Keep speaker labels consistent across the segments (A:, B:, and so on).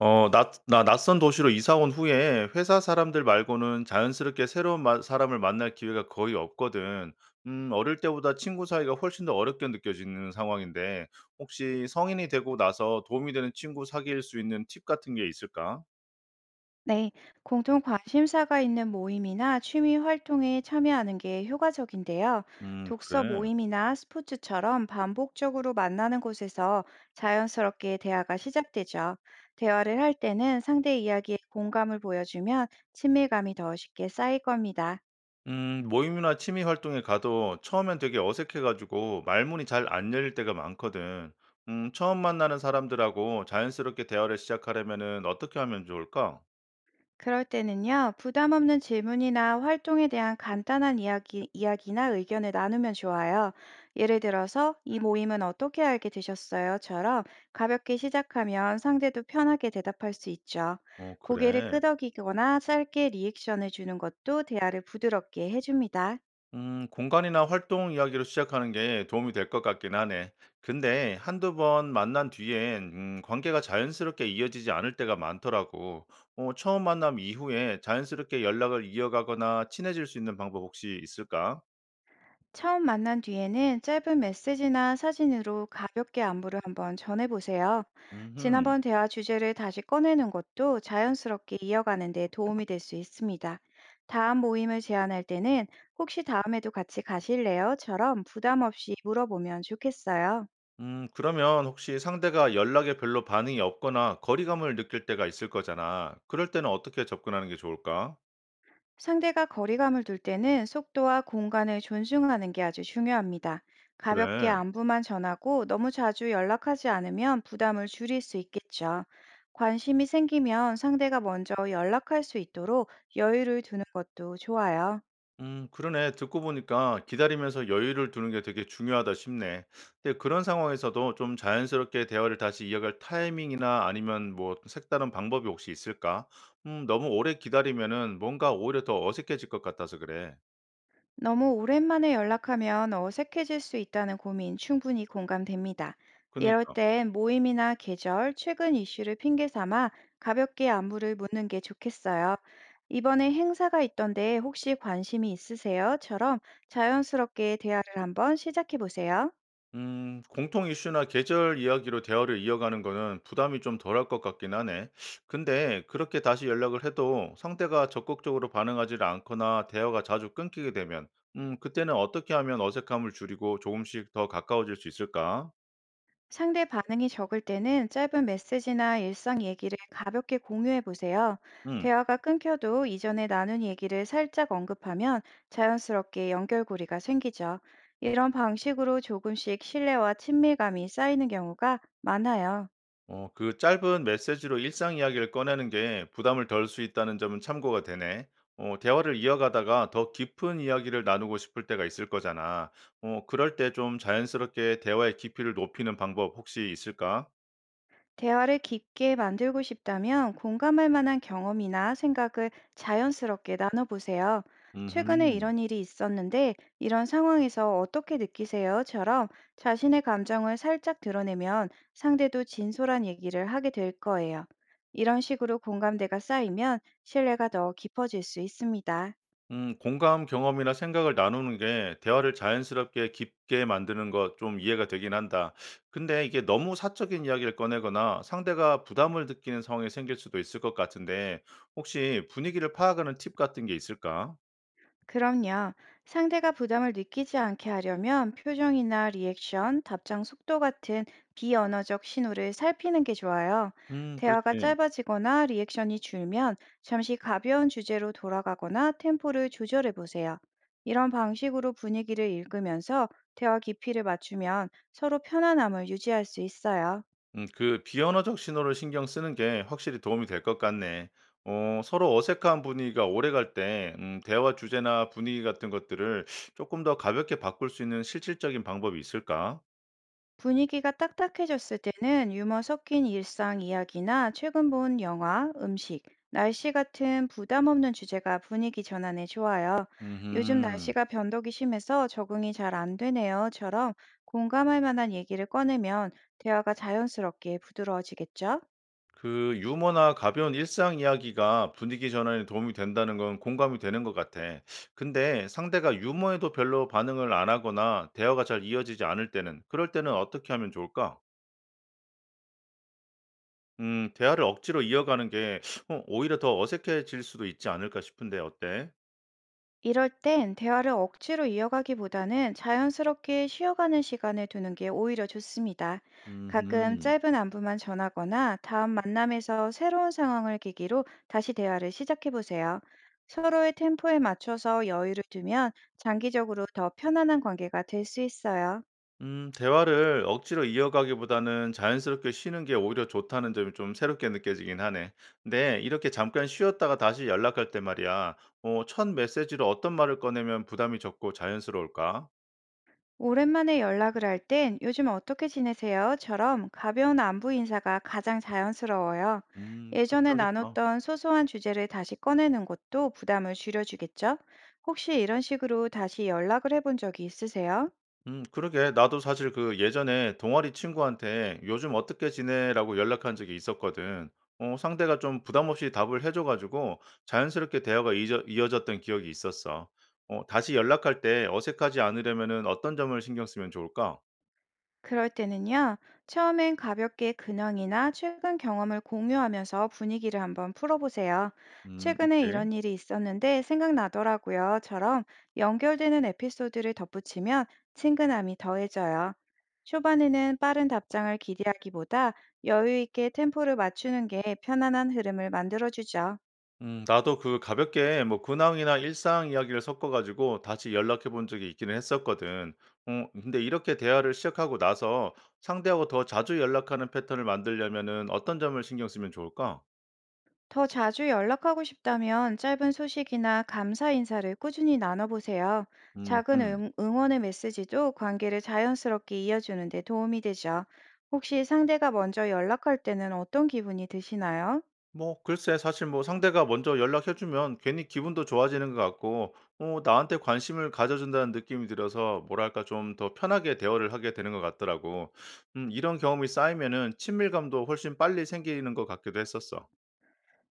A: 나 낯선 도시로 이사 온 후에 회사 사람들 말고는 자연스럽게 새로운 사람을 만날 기회가 거의 없거든. 어릴 때보다 친구 사이가 훨씬 더 어렵게 느껴지는 상황인데, 혹시 성인이 되고 나서 도움이 되는 친구 사귈 수 있는 팁 같은 게 있을까?
B: 네, 공통 관심사가 있는 모임이나 취미 활동에 참여하는 게 효과적인데요. 독서
A: 그래.
B: 모임이나 스포츠처럼 반복적으로 만나는 곳에서 자연스럽게 대화가 시작되죠. 대화를 할 때는 상대 이야기에 공감을 보여주면 친밀감이 더 쉽게 쌓일 겁니다.
A: 모임이나 취미 활동에 가도 처음엔 되게 어색해가지고 말문이 잘 안 열릴 때가 많거든. 처음 만나는 사람들하고 자연스럽게 대화를 시작하려면은 어떻게 하면 좋을까?
B: 그럴 때는요, 부담 없는 질문이나 활동에 대한 간단한 이야기나 의견을 나누면 좋아요. 예를 들어서, 이 모임은 어떻게 알게 되셨어요?처럼 가볍게 시작하면 상대도 편하게 대답할 수 있죠. 고개를
A: 그래.
B: 끄덕이거나 짧게 리액션을 주는 것도 대화를 부드럽게 해줍니다.
A: 공간이나 활동 이야기로 시작하는 게 도움이 될 것 같긴 하네. 근데 한두 번 만난 뒤엔 관계가 자연스럽게 이어지지 않을 때가 많더라고. 처음 만남 이후에 자연스럽게 연락을 이어가거나 친해질 수 있는 방법 혹시 있을까?
B: 처음 만난 뒤에는 짧은 메시지나 사진으로 가볍게 안부를 한번 전해보세요.
A: 음흠.
B: 지난번 대화 주제를 다시 꺼내는 것도 자연스럽게 이어가는 데 도움이 될 수 있습니다. 다음 모임을 제안할 때는 혹시 다음에도 같이 가실래요?처럼 부담 없이 물어보면 좋겠어요.
A: 그러면 혹시 상대가 연락에 별로 반응이 없거나 거리감을 느낄 때가 있을 거잖아. 그럴 때는 어떻게 접근하는 게 좋을까?
B: 상대가 거리감을 둘 때는 속도와 공간을 존중하는 게 아주 중요합니다. 가볍게
A: 그래.
B: 안부만 전하고 너무 자주 연락하지 않으면 부담을 줄일 수 있겠죠. 관심이 생기면 상대가 먼저 연락할 수 있도록 여유를 두는 것도 좋아요.
A: 그러네. 듣고 보니까 기다리면서 여유를 두는 게 되게 중요하다 싶네. 근데 그런 상황에서도 좀 자연스럽게 대화를 다시 이어갈 타이밍이나 아니면 뭐 색다른 방법이 혹시 있을까? 너무 오래 기다리면은 뭔가 오히려 더 어색해질 것 같아서 그래.
B: 너무 오랜만에 연락하면 어색해질 수 있다는 고민 충분히 공감됩니다. 이럴
A: 그니까.
B: 땐 모임이나 계절, 최근 이슈를 핑계 삼아 가볍게 안부를 묻는 게 좋겠어요. 이번에 행사가 있던데 혹시 관심이 있으세요?처럼 자연스럽게 대화를 한번 시작해 보세요.
A: 공통 이슈나 계절 이야기로 대화를 이어가는 거는 부담이 좀 덜할 것 같긴 하네. 근데 그렇게 다시 연락을 해도 상대가 적극적으로 반응하지 않거나 대화가 자주 끊기게 되면, 그때는 어떻게 하면 어색함을 줄이고 조금씩 더 가까워질 수 있을까?
B: 상대 반응이 적을 때는 짧은 메시지나 일상 얘기를 가볍게 공유해 보세요.
A: 음.
B: 대화가 끊겨도 이전에 나눈 얘기를 살짝 언급하면 자연스럽게 연결고리가 생기죠. 이런 방식으로 조금씩 신뢰와 친밀감이 쌓이는 경우가 많아요.
A: 그 짧은 메시지로 일상 이야기를 꺼내는 게 부담을 덜 수 있다는 점은 참고가 되네. 대화를 이어가다가 더 깊은 이야기를 나누고 싶을 때가 있을 거잖아. 그럴 때 좀 자연스럽게 대화의 깊이를 높이는 방법 혹시 있을까?
B: 대화를 깊게 만들고 싶다면 공감할 만한 경험이나 생각을 자연스럽게 나눠보세요. 최근에
A: 음.
B: 이런 일이 있었는데 이런 상황에서 어떻게 느끼세요?처럼 자신의 감정을 살짝 드러내면 상대도 진솔한 얘기를 하게 될 거예요. 이런 식으로 공감대가 쌓이면 신뢰가 더 깊어질 수 있습니다.
A: 공감 경험이나 생각을 나누는 게 대화를 자연스럽게 깊게 만드는 것 좀 이해가 되긴 한다. 근데 이게 너무 사적인 이야기를 꺼내거나 상대가 부담을 느끼는 상황이 생길 수도 있을 것 같은데 혹시 분위기를 파악하는 팁 같은 게 있을까?
B: 그럼요. 상대가 부담을 느끼지 않게 하려면 표정이나 리액션, 답장 속도 같은 비언어적 신호를 살피는 게 좋아요. 대화가
A: 그렇지.
B: 짧아지거나 리액션이 줄면 잠시 가벼운 주제로 돌아가거나 템포를 조절해 보세요. 이런 방식으로 분위기를 읽으면서 대화 깊이를 맞추면 서로 편안함을 유지할 수 있어요.
A: 그 비언어적 신호를 신경 쓰는 게 확실히 도움이 될 것 같네. 서로 어색한 분위기가 오래 갈 때, 대화 주제나 분위기 같은 것들을 조금 더 가볍게 바꿀 수 있는 실질적인 방법이 있을까?
B: 분위기가 딱딱해졌을 때는 유머 섞인 일상 이야기나 최근 본 영화, 음식, 날씨 같은 부담 없는 주제가 분위기 전환에 좋아요. 요즘
A: 음.
B: 날씨가 변덕이 심해서 적응이 잘 안 되네요.처럼 공감할 만한 얘기를 꺼내면 대화가 자연스럽게 부드러워지겠죠?
A: 그 유머나 가벼운 일상 이야기가 분위기 전환에 도움이 된다는 건 공감이 되는 것 같아. 근데 상대가 유머에도 별로 반응을 안 하거나 대화가 잘 이어지지 않을 때는, 그럴 때는 어떻게 하면 좋을까? 대화를 억지로 이어가는 게 오히려 더 어색해질 수도 있지 않을까 싶은데 어때?
B: 이럴 땐 대화를 억지로 이어가기보다는 자연스럽게 쉬어가는 시간을 두는 게 오히려 좋습니다. 가끔
A: 음.
B: 짧은 안부만 전하거나 다음 만남에서 새로운 상황을 계기로 다시 대화를 시작해 보세요. 서로의 템포에 맞춰서 여유를 두면 장기적으로 더 편안한 관계가 될 수 있어요.
A: 대화를 억지로 이어가기보다는 자연스럽게 쉬는 게 오히려 좋다는 점이 좀 새롭게 느껴지긴 하네. 근데 이렇게 잠깐 쉬었다가 다시 연락할 때 말이야, 첫 메시지로 어떤 말을 꺼내면 부담이 적고 자연스러울까?
B: 오랜만에 연락을 할 땐 "요즘 어떻게 지내세요?"처럼 가벼운 안부 인사가 가장 자연스러워요.
A: 그렇게
B: 예전에
A: 하겠다.
B: 나눴던 소소한 주제를 다시 꺼내는 것도 부담을 줄여주겠죠? 혹시 이런 식으로 다시 연락을 해본 적이 있으세요?
A: 그러게. 나도 사실 그 예전에 동아리 친구한테 "요즘 어떻게 지내?"라고 연락한 적이 있었거든. 상대가 좀 부담 없이 답을 해줘 가지고 자연스럽게 대화가 이 이어졌던 기억이 있었어. 다시 연락할 때 어색하지 않으려면은 어떤 점을 신경 쓰면 좋을까?
B: 그럴 때는요, 처음엔 가볍게 근황이나 최근 경험을 공유하면서 분위기를 한번 풀어보세요. 최근에
A: 오케이.
B: 이런 일이 있었는데 생각나더라고요.처럼 연결되는 에피소드를 덧붙이면 친근함이 더해져요. 초반에는 빠른 답장을 기대하기보다 여유 있게 템포를 맞추는 게 편안한 흐름을 만들어주죠.
A: 나도 그 가볍게 뭐 근황이나 일상 이야기를 섞어 가지고 다시 연락해 본 적이 있기는 했었거든. 근데 이렇게 대화를 시작하고 나서 상대하고 더 자주 연락하는 패턴을 만들려면은 어떤 점을 신경 쓰면 좋을까?
B: 더 자주 연락하고 싶다면 짧은 소식이나 감사 인사를 꾸준히 나눠보세요. 작은
A: 음음.
B: 응원의 메시지도 관계를 자연스럽게 이어주는 데 도움이 되죠. 혹시 상대가 먼저 연락할 때는 어떤 기분이 드시나요?
A: 뭐 글쎄 사실 뭐 상대가 먼저 연락해 주면 괜히 기분도 좋아지는 것 같고 나한테 관심을 가져 준다는 느낌이 들어서 뭐랄까 좀 더 편하게 대화를 하게 되는 것 같더라고. 이런 경험이 쌓이면은 친밀감도 훨씬 빨리 생기는 것 같기도 했었어.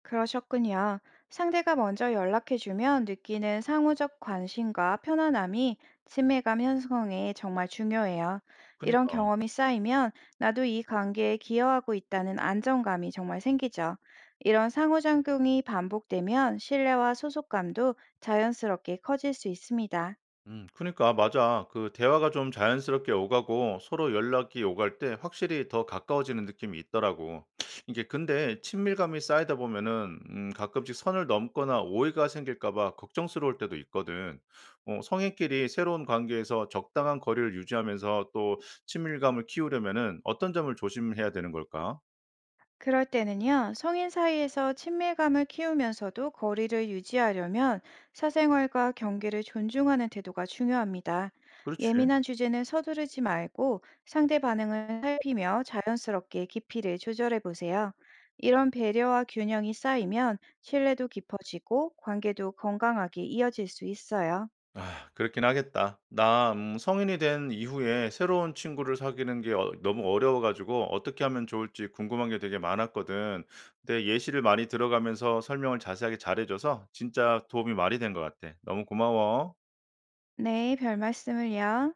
B: 그러셨군요. 상대가 먼저 연락해주면 느끼는 상호적 관심과 편안함이 친밀감 형성에 정말 중요해요. 이런
A: 그니까.
B: 경험이 쌓이면 나도 이 관계에 기여하고 있다는 안정감이 정말 생기죠. 이런 상호작용이 반복되면 신뢰와 소속감도 자연스럽게 커질 수 있습니다.
A: 그니까 맞아. 그 대화가 좀 자연스럽게 오가고 서로 연락이 오갈 때 확실히 더 가까워지는 느낌이 있더라고. 이게 근데 친밀감이 쌓이다 보면은 가끔씩 선을 넘거나 오해가 생길까 봐 걱정스러울 때도 있거든. 성인끼리 새로운 관계에서 적당한 거리를 유지하면서 또 친밀감을 키우려면은 어떤 점을 조심해야 되는 걸까?
B: 그럴 때는요, 성인 사이에서 친밀감을 키우면서도 거리를 유지하려면 사생활과 경계를 존중하는 태도가 중요합니다.
A: 그렇지.
B: 예민한 주제는 서두르지 말고 상대 반응을 살피며 자연스럽게 깊이를 조절해 보세요. 이런 배려와 균형이 쌓이면 신뢰도 깊어지고 관계도 건강하게 이어질 수 있어요.
A: 아 그렇긴 하겠다. 나 성인이 된 이후에 새로운 친구를 사귀는 게 너무 어려워 가지고 어떻게 하면 좋을지 궁금한 게 되게 많았거든. 근데 예시를 많이 들어가면서 설명을 자세하게 잘해 줘서 진짜 도움이 많이 된 것 같아. 너무 고마워.
B: 네, 별 말씀을요.